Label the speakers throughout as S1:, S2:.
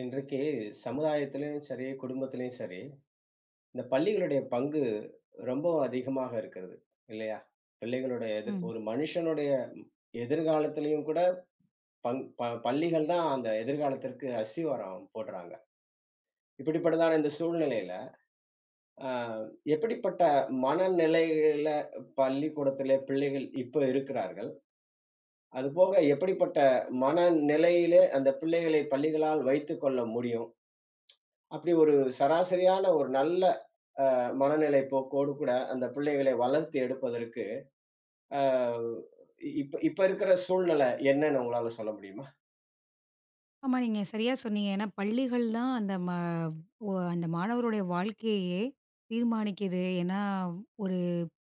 S1: இன்றைக்கு சமுதாயத்திலயும் சரி, குடும்பத்திலயும் சரி, இந்த பள்ளிகளுடைய பங்கு ரொம்ப அதிகமாக இருக்கிறது. இல்லையா? பிள்ளைகளுடைய
S2: ம்.
S1: ஒரு மனுஷனுடைய எதிர்காலத்திலயும் கூட பங் ப பள்ளிகள் தான் அந்த எதிர்காலத்திற்கு அஸ்திவாரம் போடுறாங்க. இப்படிப்பட்டதான இந்த சூழ்நிலையில, அ எப்படிப்பட்ட மனநிலையில பள்ளிக்கூடத்திலே பிள்ளைகள் இப்ப இருக்கிறார்கள்? அதுபோக எப்படிப்பட்ட மனநிலையிலே அந்த பிள்ளைகளை பள்ளிகளால் வைத்துக்கொள்ள முடியும்? அப்படி ஒரு சராசரியான ஒரு நல்ல அ மனநிலை போக்கோடு கூட அந்த பிள்ளைகளை வளர்த்து எடுப்பதற்கு, அ இப்ப இப்ப இருக்கிற சூழ்நிலை என்னன்னு உங்களால சொல்ல முடியுமா?
S2: ஆமா, நீங்க சரியா சொன்னீங்க. ஏன்னா, பள்ளிகள் தான் அந்த ம ஒ அந்த மாணவருடைய வாழ்க்கையே தீர்மானிக்குது. ஏன்னா, ஒரு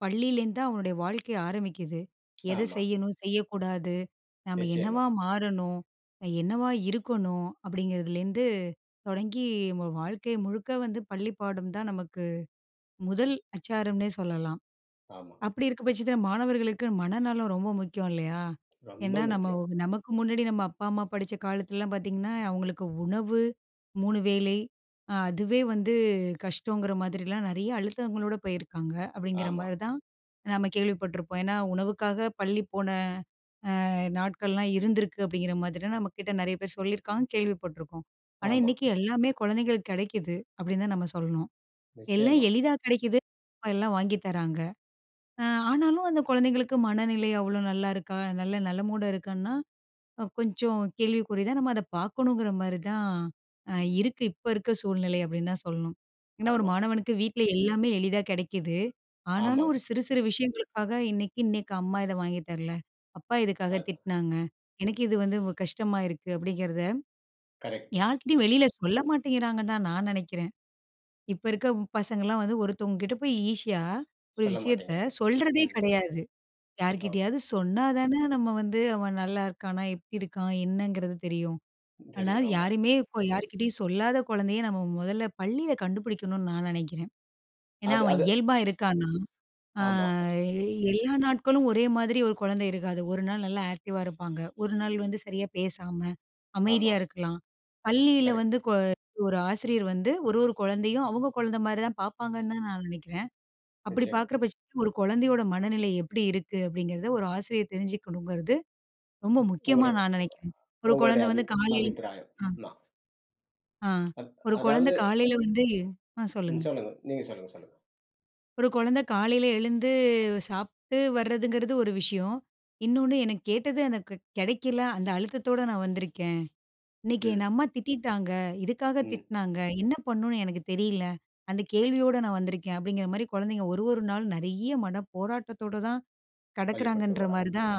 S2: பள்ளியிலேருந்து தான் அவனுடைய வாழ்க்கை ஆரம்பிக்குது. எத
S1: ஆமா,
S2: செய்யணும், செய்யக்கூடாது, நாம
S1: நிச்சயமா.
S2: என்னவா மாறணும், என்னவா இருக்கணும் அப்படிங்கிறதுலேருந்து தொடங்கி, நம்ம வாழ்க்கை முழுக்க வந்து பள்ளி பாடம் தான் நமக்கு முதல் அச்சாரம்னே சொல்லலாம்.
S1: ஆமா.
S2: அப்படி இருக்க பட்சத்தில மாணவர்களுக்கு மனநலம் ரொம்ப முக்கியம் இல்லையா? ஏன்னா
S1: ரொம்ப முக்கியம்.
S2: நமக்கு முன்னாடி நம்ம அப்பா, அம்மா படிச்ச காலத்துலலாம் பார்த்தீங்கன்னா, அவங்களுக்கு உணவு, 3 வேளை அதுவே வந்து கஷ்டங்கிற மாதிரிலாம் நெறைய அழுத்தங்களோட போயிருக்காங்க. அப்படிங்கிற
S1: ஆமா,
S2: மாரி தான் நம்ம கேள்விப்பட்டுருப்போம். ஏன்னா உணவுக்காக பள்ளி போன நாட்கள்லாம் இருந்திருக்கு அப்படிங்கிற மாதிரிலாம் நம்மகிட்ட நெறைய பேர் சொல்லியிருக்காங்க, கேள்விப்பட்டுருக்கோம். ஆனா
S1: ஆமா.
S2: இன்னைக்கு எல்லாமே குழந்தைங்களுக்கு கிடைக்குது அப்படின்னு தான் நம்ம சொல்லணும். எல்லாம்
S1: நிச்சயமா.
S2: எளிதா கிடைக்குது. எல்லாம் வாங்கி தராங்க. அ ஆனாலும் அந்த குழந்தைங்களுக்கு மனநிலை அவ்வளோ நல்லா இருக்கா? நல்ல நலமோட இருக்கான்னா, கொஞ்சம் கேள்விக்குறி தான். நம்ம அத பார்க்கணுங்கிற மாரி தான் அ இருக்கு. இப்ப இருக்க சூழ்நிலை அப்படின்னு தான் சொல்லணும். ஏன்னா, ஒரு
S1: ஆமா,
S2: மாணவனுக்கு வீட்ல எல்லாமே எளிதா கிடைக்குது. ஆனாலும்
S1: ஆமாம்.
S2: ஒரு சிறு சிறு விஷயங்களுக்காக இன்னைக்கு இன்னைக்கு அம்மா இத வாங்கி தரல. அப்பா இதுக்காக
S1: அதான்.
S2: திட்டினாங்க. எனக்கு இது வந்து கஷ்டமா இருக்கு அப்படிங்கிறத
S1: கரெக்ட்டு.
S2: யார்கிட்டயும் வெளியில சொல்ல மாட்டேங்கிறாங்க தான் நான் நெனைக்கிறேன். இப்ப இருக்க பசங்கலாம் வந்து ஒருத்தவங்க கிட்ட போய் ஈஸியா ஒரு
S1: சொல்ல
S2: விஷயத்த
S1: மாட்டேங்கிறாங்க.
S2: சொல்றதே
S1: ம்.
S2: கிடையாது.
S1: ஓ!
S2: யார்கிட்டயாவது சொன்னா தானே நம்ம வந்து அவன் நல்லா இருக்கானா? எப்படி இருக்கான்? என்னங்கிறது தெரியும். ஆனா
S1: தெரியும். ஆமா.
S2: யாருமே இப்போ யார்கிட்டயும் சொல்லாத குழந்தைய நம்ம முதல்ல பள்ளியில கண்டுபிடிக்கணும்னு நான் நினைக்கிறேன். ஏன்னா
S1: அது
S2: அவன்
S1: அது
S2: இயல்பா இருக்கான்னா, ஆ
S1: ஆமா,
S2: எல்லா நாட்களும் ஒரே மாதிரி ஒரு குழந்தை இருக்காது. ஒரு நாள் நல்லா ஆக்டிவா இருப்பாங்க. ஒரு நாள் வந்து சரியா பேசாம,
S1: ஆமா.
S2: அமைதியா இருக்கலாம். பள்ளியில
S1: கரெக்ட்.
S2: வந்து கொ ஒரு ஆசிரியர் வந்து ஒரு ஒரு குழந்தையும் அவங்க குழந்தை மாரி தான் பார்ப்பாங்கன்னு தான் நான் நினைக்கிறேன். அப்படி
S1: நிச்சயமா.
S2: பார்க்குற பட்சத்துல ஒரு குழந்தையோட மனநிலை எப்படி இருக்கு அப்படிங்கிறத ஒரு ஆசிரியர் தெரிஞ்சுக்கணுங்கிறது ரொம்ப முக்கியமா
S1: உங்கள
S2: நான் நினைக்கிறேன். ஒரு
S1: உங்களுடைய
S2: குழந்தை வந்து காலையில
S1: அபிப்பிராயம்.
S2: ஆ,
S1: மா
S2: ஆ.
S1: அத்
S2: ஒரு குழந்தை
S1: அதாவது.
S2: காலையில வந்து ஆ,
S1: ம்,
S2: சொல்லுங்க.
S1: சொல்லுங்க. நீங்க சொல்லுங்க, சொல்லுங்க.
S2: ஒரு குழந்தை காலையில எழுந்து சாப்பிட்டு வர்றதுங்கிறது ஒரு விஷயம். இன்னொன்னு எனக்கு கேட்டது எனக்கு கிடைக்கல. அந்த அழுத்தத்தோட நான் வந்திருக்கேன். இன்னைக்கு
S1: ம்,
S2: என் அம்மா திட்டிட்டாங்க. இதுக்காக
S1: ம்.
S2: திட்டினாங்க. என்ன பண்ணணும்னு எனக்கு தெரியல. அந்த கேள்வியோட நான் வந்திருக்கேன். அப்படிங்கிற மாரி குழந்தைங்க ஒரு ஒரு நாளும் நெறைய மன போராட்டத்தோட தான் கடக்குறாங்கன்ற
S1: பள்ளிக்கூடத்துக்கு வராங்க.
S2: மாரி தான்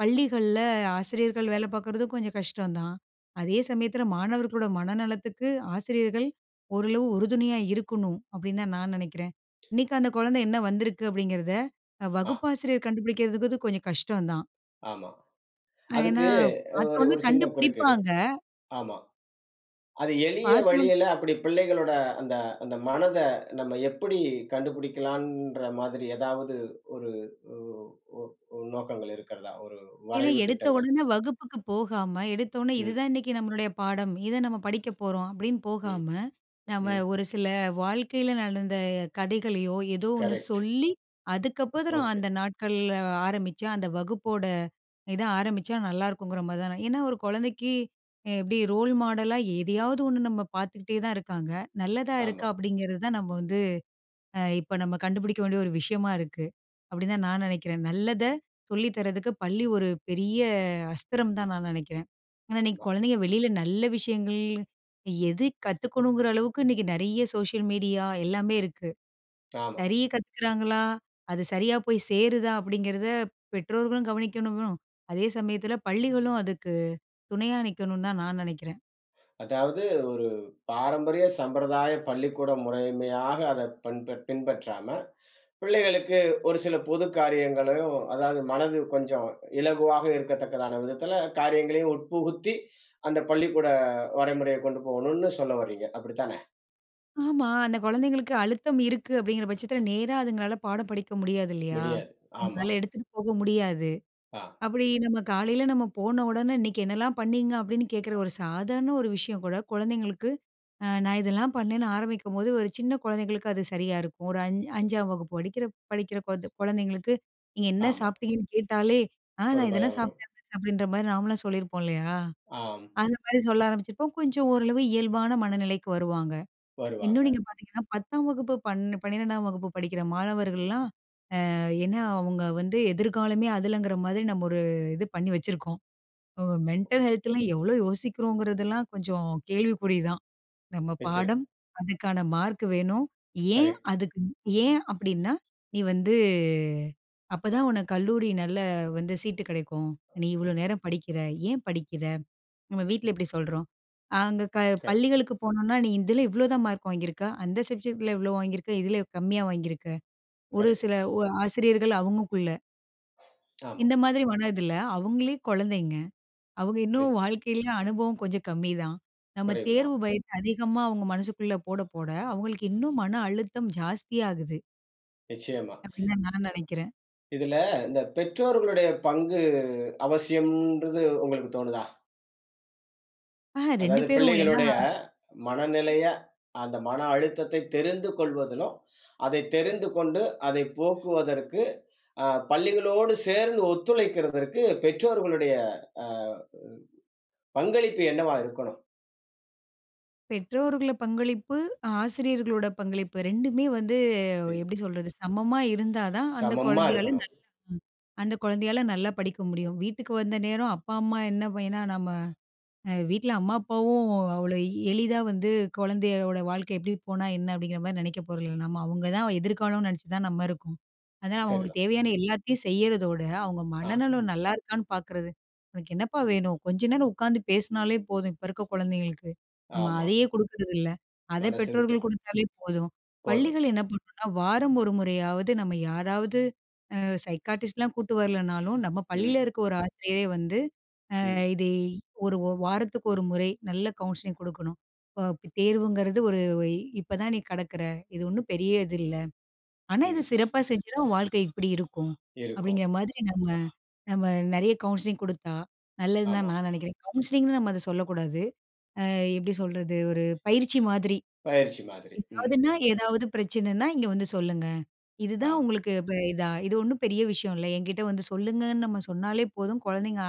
S2: பள்ளிகள்ல ஆசிரியர்கள் வேலை பார்க்குறதும் கொஞ்சம் கஷ்டம் தான். அதே சமயத்தில மாணவர்களோட மனநலத்துக்கு ஆசிரியர்கள் ஓரளவு உறுதுணையா இருக்கணும் அப்படின்னு தான் நான் நினைக்கிறேன். இன்னைக்கு அந்த குழந்தை என்ன வந்திருக்கு அப்படிங்கிறத
S1: ஆ,
S2: வகுப்பாசிரியர் கண்டுபிடிக்கிறதுக்கு கொஞ்சம் கஷ்டம் தான்.
S1: ஆமா.
S2: ஏன்னா
S1: அதுக்கு ஒரு
S2: பார்த்தோனே
S1: ஒரு சின்ன குறுக்கீடு.
S2: கண்டுபிடிப்பாங்க.
S1: ஆமா. அது எளிய
S2: பார்த்தோனே
S1: வழியில அப்படி பிள்ளைகளோட அந்த அந்த மனத நம்ம எப்படி கண்டுபிடிக்கலான்ற மாதிரி ஏதாவது ஒரு ஒ ஒ ஒ நோக்கங்கள் இருக்கிறதா? ஒரு
S2: ஏன்னா,
S1: வரைவு
S2: எடுத்த
S1: திட்டங்கள்?
S2: உடனே வகுப்புக்கு போகாம, எடுத்த உடனே
S1: ம்,
S2: இதுதான் இன்னைக்கு நம்மளுடைய பாடம். இத நம்ம படிக்க போறோம் அப்படின்னு
S1: ம்,
S2: போகாம, நம்ம
S1: ம்.
S2: ஒரு சில வாழ்க்கையில நடந்த கதைகளையோ, ஏதோ ஒண்ணு
S1: கரெக்ட்.
S2: சொல்லி, அதுக்கப்புறம்
S1: ஓகே.
S2: அந்த நாட்கள்ல ஆரம்பிச்சா, அந்த வகுப்போட இத ஆரம்பிச்சா நல்லாயிருக்குங்கிற மாரி தான் நான் ஏன்னா ஒரு குழந்தைக்கு எப்படி ரோல் மாடலா எதையாவது ஒண்ணு நம்ம பார்த்துக்கிட்டே தான் இருக்காங்க. நல்லதா இருக்கா
S1: ஆமா,
S2: அப்படிங்கிறது தான் நம்ம வந்து இப்ப நம்ம கண்டுபிடிக்க வேண்டிய ஒரு விஷயமா இருக்கு. அப்படின்னு தான் நான் நினைக்கிறேன். நல்லத சொல்லி தர்றதுக்கு பள்ளி ஒரு பெரிய அஸ்திரம் தான் நான் நினைக்கிறேன். ஆனா இன்னைக்கு
S1: ஆமா,
S2: குழந்தைங்க வெளியில நல்ல விஷயங்கள் எது கத்துக்கணுங்கிற அளவுக்கு இன்னைக்கு நெறைய சோசியல் மீடியா எல்லாமே இருக்கு.
S1: ஆமா.
S2: சரியா கத்துக்கிறாங்களா? அது சரியா போய் சேருதா? அப்படிங்கிறத பெற்றோர்களும் கவனிக்கணும். அதே சமயத்துல பள்ளிகளும் அதுக்கு துணையா நிக்கணும்னு தான் நான் நினைக்கிறேன்.
S1: அதாவது ஒரு பாரம்பரிய சம்பிரதாய பள்ளிக்கூட முறைமையாக அத பின்பற்றாம பிள்ளைகளுக்கு ஒரு சில பொது காரியங்களையும், அதாவது மனது கொஞ்சம் இலகுவாக இருக்கத்தக்கதான விதத்துல காரியங்களையும் உட்புகுத்தி, அந்த பள்ளிக்கூட வரைமுறைய கொண்டு போகணும்னு சொல்ல வர்றீங்க. அப்படித்தானே?
S2: ஆமா. அந்த குழந்தைங்களுக்கு அழுத்தம் இருக்கு அப்படிங்கிற பட்சத்துல, நேரா அதுங்களால பாடம் படிக்க முடியாது இல்லையா?
S1: முடியாது. ஆமா.
S2: அவங்களால எடுத்துட்டு போக முடியாது.
S1: ஆ,
S2: அப்படி நம்ம காலையில நம்ம போன உடனே, "இன்னைக்கு என்னலாம் பண்ணீங்க?" அப்படின்னு கேட்கிற ஒரு சாதாரண ஒரு விஷயம் கூட குழந்தைங்களுக்கு, நான் இதெல்லாம் பண்ணேன்னு ஆரம்பிக்கும்போது, ஒரு சின்ன குழந்தைங்களுக்கு அது சரியா இருக்கும். ஒரு அஞ் 5ஆம் வகுப்பு படிக்கிற படிக்கிற குழந்தைங்களுக்கு, "நீங்க என்ன
S1: ஆமா.
S2: சாப்பிட்டீங்கன்னு?" கேட்டாலே, "ஆ,
S1: ஒரு
S2: நான்
S1: பயம்
S2: இதெல்லாம்
S1: வரும்.
S2: சாப்பிட்டேன் மிஸ்" அப்படின்ற மாரி நாமலாம் சொல்லியிருப்போம் இல்லையா?
S1: ஆம்.
S2: அந்த மாரி சொல்ல ஆரம்பிச்சிருப்போம். கொஞ்சம் ஓரளவு இயல்பான மனநிலைக்கு வருவாங்க. இன்னும்
S1: வருவாங்க.
S2: நீங்க பார்த்தீங்கன்னா 10ஆம் வகுப்பு, 12ஆம் வகுப்பு படிக்கிற மாணவர்கள்லாம், ஏன்னா அவங்க வந்து எதிர்காலமே அதுலங்கிற மாதிரி நம்ம ஒரு இது பண்ணி வச்சிருக்கோம். அ மென்டல் ஹெல்த்லாம் எவ்ளோ யோசிக்கிறோங்கிறதெல்லாம் கொஞ்சம் கேள்விக்குறி தான். நம்ம
S1: நிச்சயமா.
S2: பாடம், அதுக்கான மார்க் வேணும். ஏன்
S1: கரெக்ட்.
S2: அதுக்கு ஏன் அப்டின்னா, நீ வந்து அப்பதான் உனக்கு கல்லூரி நல்ல வந்து சீட்டு கிடைக்கும். நீ இவ்ளோ நேரம் படிக்கிற, ஏன் படிக்கிற? நம்ம வீட்ல இப்படி சொல்றோம். அங்க க
S1: கரெ
S2: பள்ளிகளுக்கு போனோம்னா, "நீ இதுல இவ்வளோதான் மார்க் வாங்கியிருக்க. அந்த சப்ஜெக்ட்ல இவ்வளோ வாங்கியிருக்க. இதுல கம்மியா வாங்கியிருக்க." ஒரு சில
S1: கரெக்ட்.
S2: ஒ ஆசிரியர்கள் அவங்கக்குள்ள.
S1: ஆமா.
S2: இந்த மாதிரி மனதில அவங்களே குழந்தைங்க. அவங்க
S1: இது
S2: இன்னும் வாழ்க்கையில அனுபவம் கொஞ்சம் கம்மி தான். நம்ம
S1: குறைவுதான்.
S2: தேர்வு பயத்த அதிகமா அவங்க மனசுக்குள்ள போட, போட அவங்களுக்கு இன்னும் மன அழுத்தம் ஜாஸ்தியாகுது.
S1: நிச்சயமா.
S2: அப்படின்னு தான் நான் நினைக்கிறேன்.
S1: இதுல இந்த பெற்றோர்களுடைய பங்கு அவசியம்ன்றது உங்களுக்கு தோணுதா?
S2: 2
S1: அதாவது
S2: பேரும். ஏன்னா
S1: பிள்ளைகளுடைய மனநிலைய, அந்த மன அழுத்தத்தை தெரிந்து கொள்வதிலும், அதை தெரிந்து கொண்டு அதை போக்குவதற்கு, பள்ளிகளோடு சேர்ந்து ஒத்துழைக்கிறதற்கு பெற்றோர்களுடைய அ பங்களிப்பு என்னவா இருக்கணும்?
S2: பெற்றோர்கள பங்களிப்பு, ஆசிரியர்களோட பங்களிப்பு 2மே வந்து
S1: ம்.
S2: எப்படி சொல்றது? சமமா இருந்தா தான் அந்த
S1: சமமா
S2: குழந்தையால
S1: இருக்கணும்.
S2: நல்லா. ம். அந்த குழந்தையால நல்லா படிக்க முடியும். வீட்டுக்கு வந்த நேரம் அப்பா, அம்மா என்ன ஏன்னா நம்ம வீட்ல அம்மா, அப்பாவும் அவ்வளோ எளிதா வந்து குழந்தையோட வாழ்க்கை எப்படி போனா என்ன அப்படிங்கிற மாரி நினைக்க போறதில்ல. நம்ம அவங்க தான் எதிர்காலம்னு நினைச்சு தான் நம்ம இருக்கோம். அதனால அவங்களுக்கு
S1: சரிதான்.
S2: தேவையான எல்லாத்தையும் செய்யறதோட, அவங்க
S1: ஆ,
S2: மனநலம், ம், நல்லா இருக்கான்னு பார்க்கறது. "உனக்கு என்னப்பா வேணும்? கொஞ்ச நேரம் உட்காந்து பேசினாலே போதும்." இப்ப இருக்க குழந்தைங்களுக்கு. நம்ம
S1: ஆமா.
S2: அதையே குடுக்கறதில்ல. அத
S1: மனசு விட்டு
S2: பெற்றோர்கள் குடுத்தாலே போதும்.
S1: போதும்.
S2: பள்ளிகள் என்ன பண்ணணும்னா, வாரம் ஒரு முறையாவது நம்ம யாராவது அ சைக்காட்ரிஸ்ட்லாம் கூட்டு வரலனாலும், நம்ம
S1: ம்,
S2: பள்ளியில இருக்க ஒரு ஆசிரியரே வந்து
S1: ம்,
S2: இது வாரத்துக்கு ஒரு முறை நல்ல கவுன்சிலிங் குடுக்கணும். அ தேர்வுங்கிறது ஒரு இப்பதான் நீ கடக்குற. இது ஒண்ணும் பெரிய இது இல்ல. ஆனா இத
S1: ம்.
S2: சிறப்பா செஞ்சுனா உன் வாழ்க்கை இப்படி இருக்கும்.
S1: இருக்கும்.
S2: அப்படிங்கிற மாதிரி நம்ம நம்ம நெறைய கவுன்சிலிங் குடுத்தா நல்லதுன்னு தான்
S1: ஆமா.
S2: நான் நெனைக்கிறேன். கவுன்சிலிங்ன்னு நம்ம அத சொல்லக்கூடாது. எப்படி சொல்றது? ஒரு பயிற்சி மாதிரி.
S1: பயிற்சி மாதிரி. ம்.
S2: ஏதாவதுன்னா, ஏதாவது பிரச்சனைன்னா இங்க வந்து சொல்லுங்க.
S1: ஆ.
S2: இதுதான் உங்களுக்கு இப்ப இதா இது ஒண்ணும் பெரிய விஷயம் இல்ல. என்கிட்ட வந்து சொல்லுங்கன்னு நம்ம சொன்னாலே போதும். குழந்தைங்க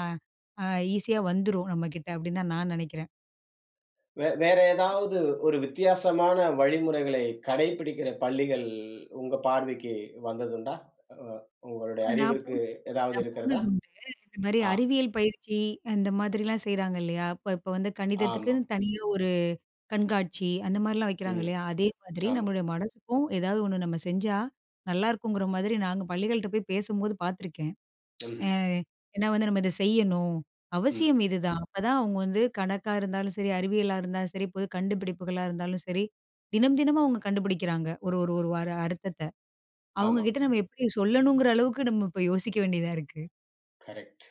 S2: அ ஈஸியா வந்துரும் நம்மகிட்ட அப்படின்னு தான் நான் நெனைக்கிறேன்.
S1: வேற ஏதாவது ஒரு வித்தியாசமான வழிமுறைகளை கடைபிடிக்கிற பள்ளிகள் உங்க பார்வைக்கு வந்ததுண்டா? அ உங்களுடைய
S2: அ நான்
S1: அறிவிற்கு
S2: போனது
S1: ஏதாவது
S2: நான்
S1: இருக்கிறதா?
S2: போனது உண்டு. இந்த மாரி
S1: ஆ,
S2: அறிவியல் பயிற்சி, அந்த மாதிரிலாம் செய்றாங்க இல்லையா? இப்ப இப்ப வந்து
S1: ஆமா.
S2: கணிதத்துக்குன்னு தனியா ஒரு கண்காட்சி, அந்த மாரிலாம் வைக்கிறாங்க
S1: ம்.
S2: இல்லையா? அதே மாதிரி
S1: ஆமா.
S2: நம்மளுடைய மனசுக்கும் ஏதாவது ஒண்ணு நம்ம செஞ்சா, நல்லா இருக்குங்கிற மாதிரி நாங்க பள்ளிகள்ட்ட போய் பேசும்போது பார்த்துருக்கேன்.
S1: ம்ஹ்ம்.
S2: அ ஏன்னா வந்து நம்ம இத செய்யணும்.
S1: ம்.
S2: அவசியம் இதுதான். அப்பதான் அவங்க வந்து கணக்கா இருந்தாலும் சரி, அறிவியலா இருந்தாலும் சரி, புது கண்டுபிடிப்புகளா இருந்தாலும் சரி, தினம் தினமும் அவங்க கண்டுபிடிக்கிறாங்க. ஒரு ஒரு ஒரு வார அர்த்தத்த. அவங்க
S1: ஆமா.
S2: கிட்ட நம்ம எப்படி சொல்லணுங்கிற அளவுக்கு நம்ம இப்ப யோசிக்க வேண்டியதா இருக்கு.
S1: கரெக்ட்.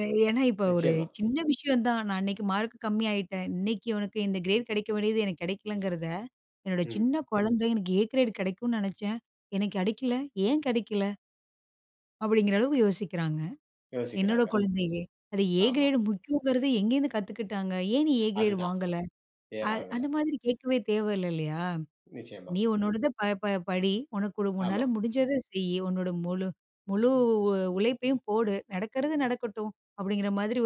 S2: ஏன்னா இப்ப ஒரு
S1: நிச்சயமா.
S2: சின்ன விஷயம் தான். நான் அன்னைக்கு மார்க் கம்மி ஆயிட்டேன். இன்னைக்கு உனக்கு இந்த கிரேட் கிடைக்க வேண்டியது எனக்கு கிடைக்கலங்கிறத, என்னோட
S1: ம்.
S2: சின்ன குழந்தை எனக்கு ஏ கிரேட் கிடைக்கும்னு நினைச்சேன். எனக்கு கிடைக்கல. ஏன் கிடைக்கல? அப்படிங்கிற அளவுக்கு யோசிக்கிறாங்க. என்னோட
S1: யோசிக்கிறாங்க.
S2: குழந்தையே. அது ஏ
S1: ஆமா.
S2: கிரேடு முக்கியங்கிறது எங்கேருந்து கத்துக்கிட்டாங்க? ஏன் நீ ஏ கிரேடு
S1: அதுதான்.
S2: வாங்கல? அ
S1: ஏன் வாங்கல?
S2: அந்த மாதிரி கேட்கவே தேவையில்ல இல்லையா?
S1: நிச்சயமா.
S2: நீ உன்னோடத ப ப படி. உனக்கு
S1: ஆமா.
S2: உன்னால முடிஞ்சத செய். உன்னோட முழு முழு உழைப்பையும் போடு. நடக்கிறது நடக்கட்டும். அப்படிங்கிற மாதிரி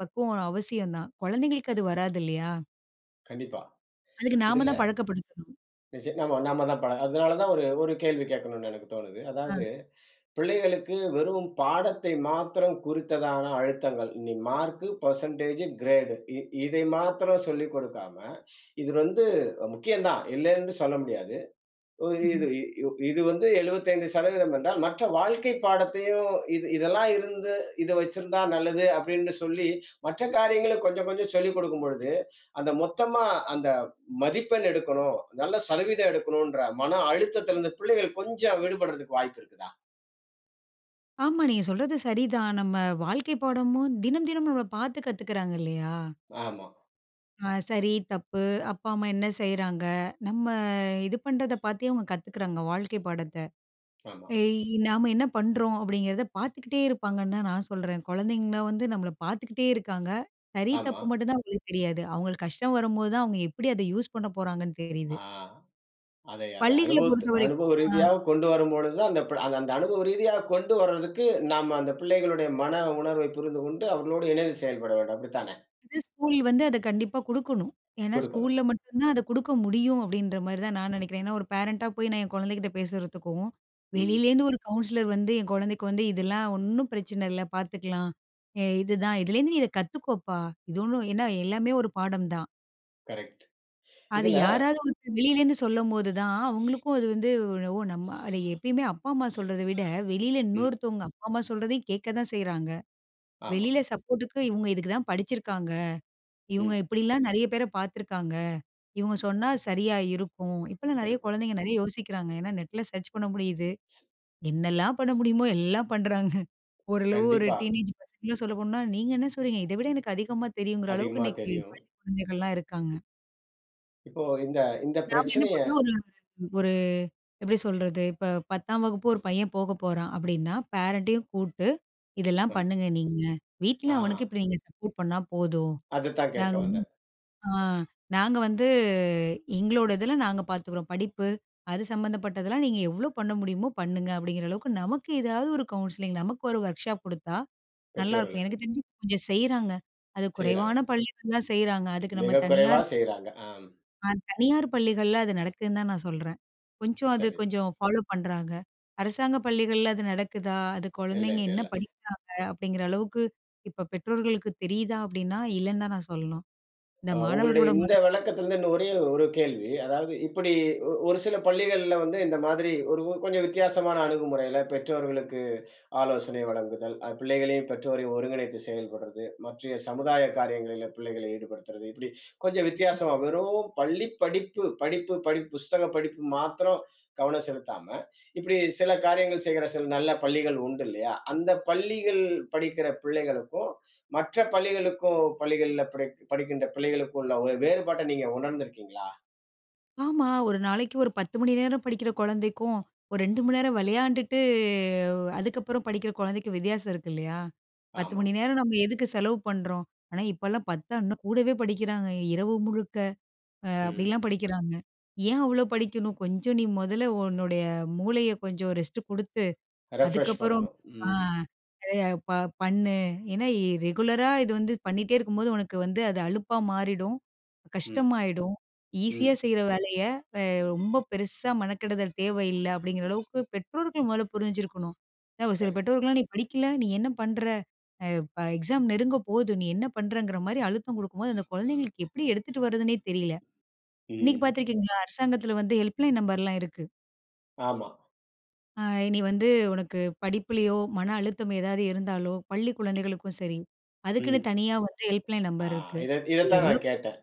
S2: பக்குவம் ஒரு அவசியம் தான். குழந்தைங்களுக்கு அது வராது இல்லையா?
S1: கண்டிப்பா.
S2: அதுக்கு நாம
S1: இதுல
S2: தான் பழக்கப்படுத்தணும்.
S1: நாம நாம தான் அதனால தான் ஒரு ஒரு கேள்வி கேட்கணும்னு எனக்கு தோணுது. அதாவது
S2: ஆ.
S1: பிள்ளைகளுக்கு வெறும் பாடத்தை மாத்திரம் குறித்ததான அழுத்தங்கள். நீ மார்க்கு, பெர்சன்டேஜ், கிரேடு இதை மாத்திரம் சொல்லிக் கொடுக்காம, இது வந்து முக்கியம் தான், இல்லன்னு சொல்ல முடியாது. ஒ
S2: ம்ஹ்ம்.
S1: இது இ இது வந்து 75% என்றால், மற்ற வாழ்க்கை பாடத்தையும் இதெல்லாம் இருந்து, இத வச்சிருந்தா நல்லது அப்படின்னு சொல்லி, மற்ற காரியங்கள கொஞ்சம் கொஞ்சம் சொல்லிக் கொடுக்கும் பொழுது, அந்த மொத்தமா அந்த மதிப்பெண் எடுக்கணும், நல்ல சதவீதம் எடுக்கணுன்ற மன அழுத்தத்திலிருந்து பிள்ளைகள் கொஞ்சம் விடுபடுறதுக்கு வாய்ப்பு இருக்குதா?
S2: ஆமா, நீங்க சொல்றது சரிதான். நம்ம வாழ்க்கை பாடமும் தினம் தினம் நம்மள பார்த்து கத்துக்கிறாங்க இல்லையா?
S1: ஆமா,
S2: ஆ, சரி, தப்பு, அப்பா, அம்மா என்ன செய்றாங்க? நம்ம இது பண்றத பார்த்தே அவங்க கத்துக்கிறாங்க வாழ்க்கை பாடத்த.
S1: ஆமா.
S2: ஏய், நாம என்ன பண்றோம் அப்படிங்கிறத பார்த்துக்கிட்டே இருப்பாங்கன்னு தான் நான் சொல்றேன். குழந்தைங்கள வந்து நம்மள பார்த்துக்கிட்டே இருக்காங்க. சரி,
S1: ஆமா.
S2: தப்பு மட்டும் தான் அவங்களுக்கு தெரியாது. அவங்களுக்கு கஷ்டம் வரும்போது தான் அவங்க எப்படி அத யூஸ் பண்ண போறாங்கன்னு தெரியுது.
S1: ஆ அதை அதை
S2: பள்ளிகள
S1: அனுபவ ரீதியா
S2: பொறுத்தவரைக்கும்
S1: கொண்டு வரும்பொழுது, அந்த ப அந்த அந்த அனுபவ ரீதியா கொண்டு வர்றதுக்கு, நாம அந்த பிள்ளைகளுடைய மன உணர்வை புரிந்து கொண்டு, அவர்களோடு இணைந்து செயல்பட வேண்டும். அப்படித்தானே?
S2: இது ஸ்கூல் வந்து அத கண்டிப்பா குடுக்கணும். ஏன்னா
S1: கொடுக்கணும்.
S2: ஸ்கூல்ல மட்டும் தான் அத குடுக்க முடியும் அப்டின்ற மாரி தான் நான் நெனைக்கிறேன். ஏன்னா ஒரு பேரண்டா போய் நான் என் குழந்தைகிட்ட பேசுறதுக்கும்,
S1: ம்.
S2: வெளியிலேருந்து ஒரு கவுன்சிலர் வந்து என் குழந்தைக்கு வந்து இதெல்லாம் ஒண்ணும் பிரச்சனை இல்ல பார்த்துக்கலாம். இதுதான் இதுலேருந்து நீ இத கத்துக்கோப்பா. இது ஒண்ணும் ஏன்னா எல்லாமே ஒரு பாடம் தான்.
S1: கரெக்ட்.
S2: அது
S1: இதுல.
S2: யாராவது ஒருத்தர் வெளியிலேருந்து சொல்லும்போது தான் அவங்களுக்கும் அது வந்து. ஓ, நம்ம அது எப்பயுமே அப்பா, அம்மா சொல்றத விட வெளியில
S1: ம்.
S2: இன்னொருத்தவங்க அப்பா, அம்மா சொல்றதையும் கேட்க தான் செய்றாங்க.
S1: ஆமா.
S2: வெளியில சப்போர்ட்டுக்கு இவங்க இதுக்கு தான் படிச்சிருக்காங்க. இவங்க
S1: ம்.
S2: இப்படிலாம் நெறைய பேர பார்த்துருக்காங்க. இவங்க சொன்னா சரியா இருக்கும். இப்பலாம் நெறைய
S1: இருக்கும்.
S2: குழந்தைங்க நெறைய யோசிக்கிறாங்க. ஏன்னா நெட்ல சர்ச் பண்ண முடியுது.
S1: ஸ்
S2: என்னெல்லாம் பண்ண முடியுமோ எல்லாம் பண்றாங்க. ஓரளவு ஒரு
S1: கண்டிப்பா.
S2: டீனேஜ் பசங்கலாம் சொல்ல போனா, நீங்க என்ன சொல்றீங்க? இத விட எனக்கு அதிகமா தெரியுங்கிற அளவுக்கு
S1: அதிகமா
S2: இன்னைக்கு
S1: தெரியும்.
S2: பள்ளி குழந்தைகள்லாம் இருக்காங்க.
S1: இப்போ இந்த இந்த
S2: நாம என்ன
S1: பிரச்சனைய.
S2: பண்ணோம் ஒரு ஒரு எப்படி சொல்றது? இப்ப 10ஆம் வகுப்பு ஒரு பையன் போக போறான் அப்படின்னா, பேரண்ட்டையும் கூப்ட்டு, இதெல்லாம்
S1: ம்.
S2: பண்ணுங்க நீங்க. வீட்ல
S1: ஆ
S2: அவனுக்கு இப்படி நீங்க சப்போர்ட் பண்ணா போதும்.
S1: அதத்தான் கேட்க
S2: நாங்க
S1: வந்தேன்.
S2: ஆ. நாங்க வந்து எங்களோட இதுல நாங்க பார்த்துக்குறோம். படிப்பு, அது சம்மந்தப்பட்டதெல்லாம் நீங்க எவ்ளோ பண்ண முடியுமோ பண்ணுங்க, அப்படிங்கிற அளவுக்கு நமக்கு ஏதாவது ஒரு கவுன்சிலிங், நமக்கு ஒரு ஒர்க் ஷாப் குடுத்தா நல்லாருக்கும்.
S1: பெற்றோர்களுக்கு
S2: எனக்கு தெரிஞ்சு கொஞ்சம் செய்றாங்க. அது
S1: செய்றாங்க.
S2: குறைவான பள்ளிகள் தான் செய்றாங்க. அதுக்கு நம்ம
S1: மிக குறைவா
S2: தனியார்
S1: செய்றாங்க. ஆம்.
S2: தனியார் பள்ளிகள்ல அது நடக்குதுன்னு தான் நான் சொல்றேன். கொஞ்சம் அது
S1: சரி.
S2: கொஞ்சம் ஃபாலோ பண்றாங்க. அரசாங்க பள்ளிகள்ல அது நடக்குதா? அது
S1: இல்லை,
S2: குழந்தைங்க என்ன
S1: தெரியல.
S2: படிக்கிறாங்க? அப்படிங்கிற அளவுக்கு இப்ப பெற்றோர்களுக்கு தெரியுதா? அப்படின்னா இல்லன்னு தான் நான் சொல்லணும். இந்த
S1: உங்களுடைய
S2: மாணவர்களோட.
S1: இந்த விளக்கத்திலிருந்து இன்னும் ஒரே ஒரு கேள்வி. அதாவது இப்படி ஒரு சில பள்ளிகள்ல வந்து இந்த மாதிரி ஒரு ஒரு கொஞ்சம் வித்தியாசமான அணுகுமுறையில பெற்றோர்களுக்கு ஆலோசனை வழங்குதல், பிள்ளைகளையும் பெற்றோரையும் ஒருங்கிணைத்து செயல்படுறது, மற்றைய சமுதாய காரியங்களில பிள்ளைகளை ஈடுபடுத்துறது, இப்படி கொஞ்சம் வித்தியாசமா வெறும் பள்ளி படிப்பு, படிப்பு, படிப்பு புஸ்தக படிப்பு மாத்திரம் கவனம் செலுத்தாம, இப்படி சில காரியங்கள் செய்கிற சில நல்ல பள்ளிகள் உண்டு இல்லையா? அந்த பள்ளிகள் படிக்கிற பிள்ளைகளுக்கும், மற்ற பள்ளிகளுக்கும் பள்ளிகள்ல படிக்கின்ற பிள்ளைகளுக்கும் உள்ள ஒரு வேறுபாட்ட நீங்க உணர்ந்திருக்கீங்களா?
S2: ஆமா. ஒரு நாளைக்கு ஒரு 10 மணி நேரம் படிக்கிற குழந்தைக்கும், ஒரு 2 மணி நேரம் விளையாண்டுட்டு, அதுக்கப்புறம் படிக்கிற குழந்தைக்கும் வித்தியாசம் இருக்கு இல்லையா? 10
S1: ஆமா.
S2: மணி நேரம் நம்ம எதுக்கு செலவு பண்றோம்? ஆனா, இப்பலாம் பார்த்தா இன்னும் கூடவே படிக்கிறாங்க. இரவு முழுக்க
S1: ம்.
S2: அப்படிலாம் படிக்கிறாங்க. ஏன் அவ்ளோ படிக்கணும்? கொஞ்சம் நீ முதல்ல உன்னுடைய மூளைய கொஞ்சம் ரெஸ்ட் குடுத்து,
S1: ரெஃப்ரெஷ்
S2: அதுக்கப்புறம்
S1: பண்ணணும்.
S2: ஆ
S1: ம்.
S2: நெறைய ப பண்ணு. ஏன்னா ரெகுலரா இது வந்து பண்ணிட்டே இருக்கும்போது, உனக்கு வந்து அது அலுப்பா மாறிடும்.
S1: ம்.
S2: கஷ்டமாயிடும். ஈஸியா
S1: ம்.
S2: செய்ற வேலைய ரொம்ப பெருசா மெனக்கெடுதல் தேவையில்ல அப்படிங்கிற அளவுக்கு பெற்றோர்கள் முதல்ல புரிஞ்சிருக்கணும். ஏன்னா ஒரு சில
S1: கரெக்ட்.
S2: பெற்றோர்கள்லாம், "நீ படிக்கல, நீ என்ன பண்ற? அ ப எக்ஸாம் நெருங்க போது. நீ என்ன பண்றங்கிற?" மாரி அழுத்தம் குடுக்கும்போது, அந்த குழந்தைங்களுக்கு எப்படி எடுத்துட்டு வர்றதுன்னே தெரியல. இன்னைக்கு
S1: ம்.
S2: பார்த்துருக்கீங்களா? அரசாங்கத்தில வந்து ஹெல்ப்லைன் நம்பர்லாம் இருக்கு.
S1: ஆமா.
S2: அ "நீ வந்து உனக்கு படிப்புலயோ, மன அழுத்தம் ஏதாவது இருந்தாலோ, பள்ளி குழந்தைகளுக்கும் சரி, அதுக்குன்னு
S1: ம்.
S2: தனியா வந்து ஹெல்ப்லைன்
S1: ஆ
S2: நம்பர் இருக்கு." அது
S1: இதத்தான்
S2: எவ்வளோ
S1: நான்
S2: பேருக்கு
S1: கேட்டேன்.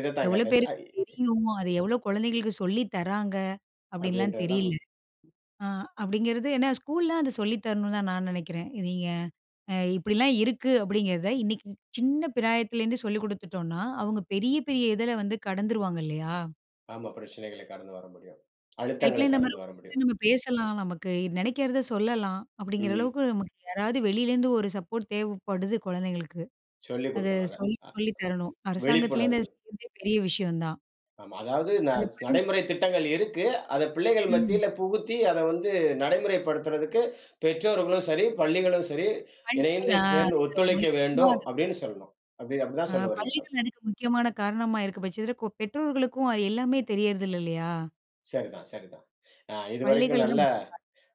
S1: இதத்தான்
S2: எவ்வளோ
S1: கேட்டேன். ச
S2: பேருக்கு
S1: இ
S2: தெரியும்? அது எவ்வளோ குழந்தைங்களுக்கு சொல்லி தராங்க? அப்படின்லாம்
S1: அப்படின்றது தான்
S2: தெரியல.
S1: முக்
S2: ஆ அப்படிங்கிறது ஏன்னா ஸ்கூல்ல அது சொல்லி தரணும்னு தான் நான் நினைக்கிறேன். இது நீங்க இப்படிலாம் இருக்கு அப்படிங்கிறத இன்னைக்கு சின்ன பிராயத்திலேருந்து சொல்லிக் குடுத்துட்டோம்னா, அவங்க பெரிய பெரிய இதுல வந்து கடந்துருவாங்க இல்லையா?
S1: ஆமா, பிரச்சனைகள கடந்து வர முடியும். அழுத்தங்களை
S2: ஹெல்ப்லைன் நம்பர
S1: கடந்து வர
S2: கூப்பிட்டு
S1: முடியும்.
S2: நம்ம பேசலாம். நமக்கு நினைக்கிறத சொல்லலாம். அப்படிங்கிற
S1: ம்.
S2: அளவுக்கு நமக்கு யாராவது வெளியிலேருந்து ஒரு சப்போர்ட் தேவைப்படுது குழந்தைங்களுக்கு.
S1: சொல்லிக்
S2: அத
S1: குடுக்கணும் அத.
S2: சொல்லி
S1: அ
S2: சொல்லி தரணும். அரசாங்கத்திலேருந்து
S1: விழிப்புணர்வு.
S2: அது செய்றதே பெரிய விஷயம் தான்.
S1: ஆமா. அதாவது
S2: அத பயன்படுத்த.
S1: நடைமுறை திட்டங்கள் இருக்கு. அத பிள்ளைகள்
S2: ம்.
S1: மத்தியில புகுத்தி, அத வந்து நடைமுறைப்படுத்துறதுக்கு பெற்றோர்களும் சரி, பள்ளிகளும் சரி,
S2: பள்ளிகள்
S1: இணைந்து
S2: அ
S1: சேர்ந்து
S2: அதுக்கு
S1: ஒத்துழைக்க
S2: முக்கியமா
S1: வேண்டும்
S2: அது
S1: அப்படின்னு சொல்லணும். அப்படிதான் சொல்ல வர்றீங்க.
S2: பள்ளிகள் அதுக்கு முக்கியமான காரணமா இருக்க பட்சத்தில, பெற்றோர்களுக்கும் அது எல்லாமே தெரியறதில்ல இல்லையா?
S1: சரிதான், சரிதான். இதுவரைக்கும்
S2: பள்ளிகள் தான்
S1: நல்ல
S2: முக்கியம்.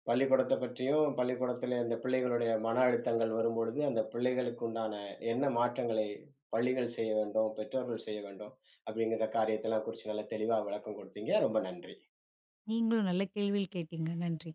S1: பள்ளிக்கூடத்த பற்றியும், பள்ளிக்கூடத்தில இந்த பிள்ளைகளுடைய மன அழுத்தங்கள் வரும்பொழுது, அந்த பிள்ளைகளுக்கு உண்டான என்ன மாற்றங்களை பள்ளிகள் செய்ய வேண்டும், பெற்றோர்கள் செய்ய வேண்டும், அப்படிங்கிற காரியத்தெல்லாம் குறிச்சு நல்லா தெளிவா விளக்கம் குடுத்தீங்க. ரொம்ப நன்றி.
S2: நீங்களும் நல்ல கேள்விகள் கேட்டீங்க. நன்றி.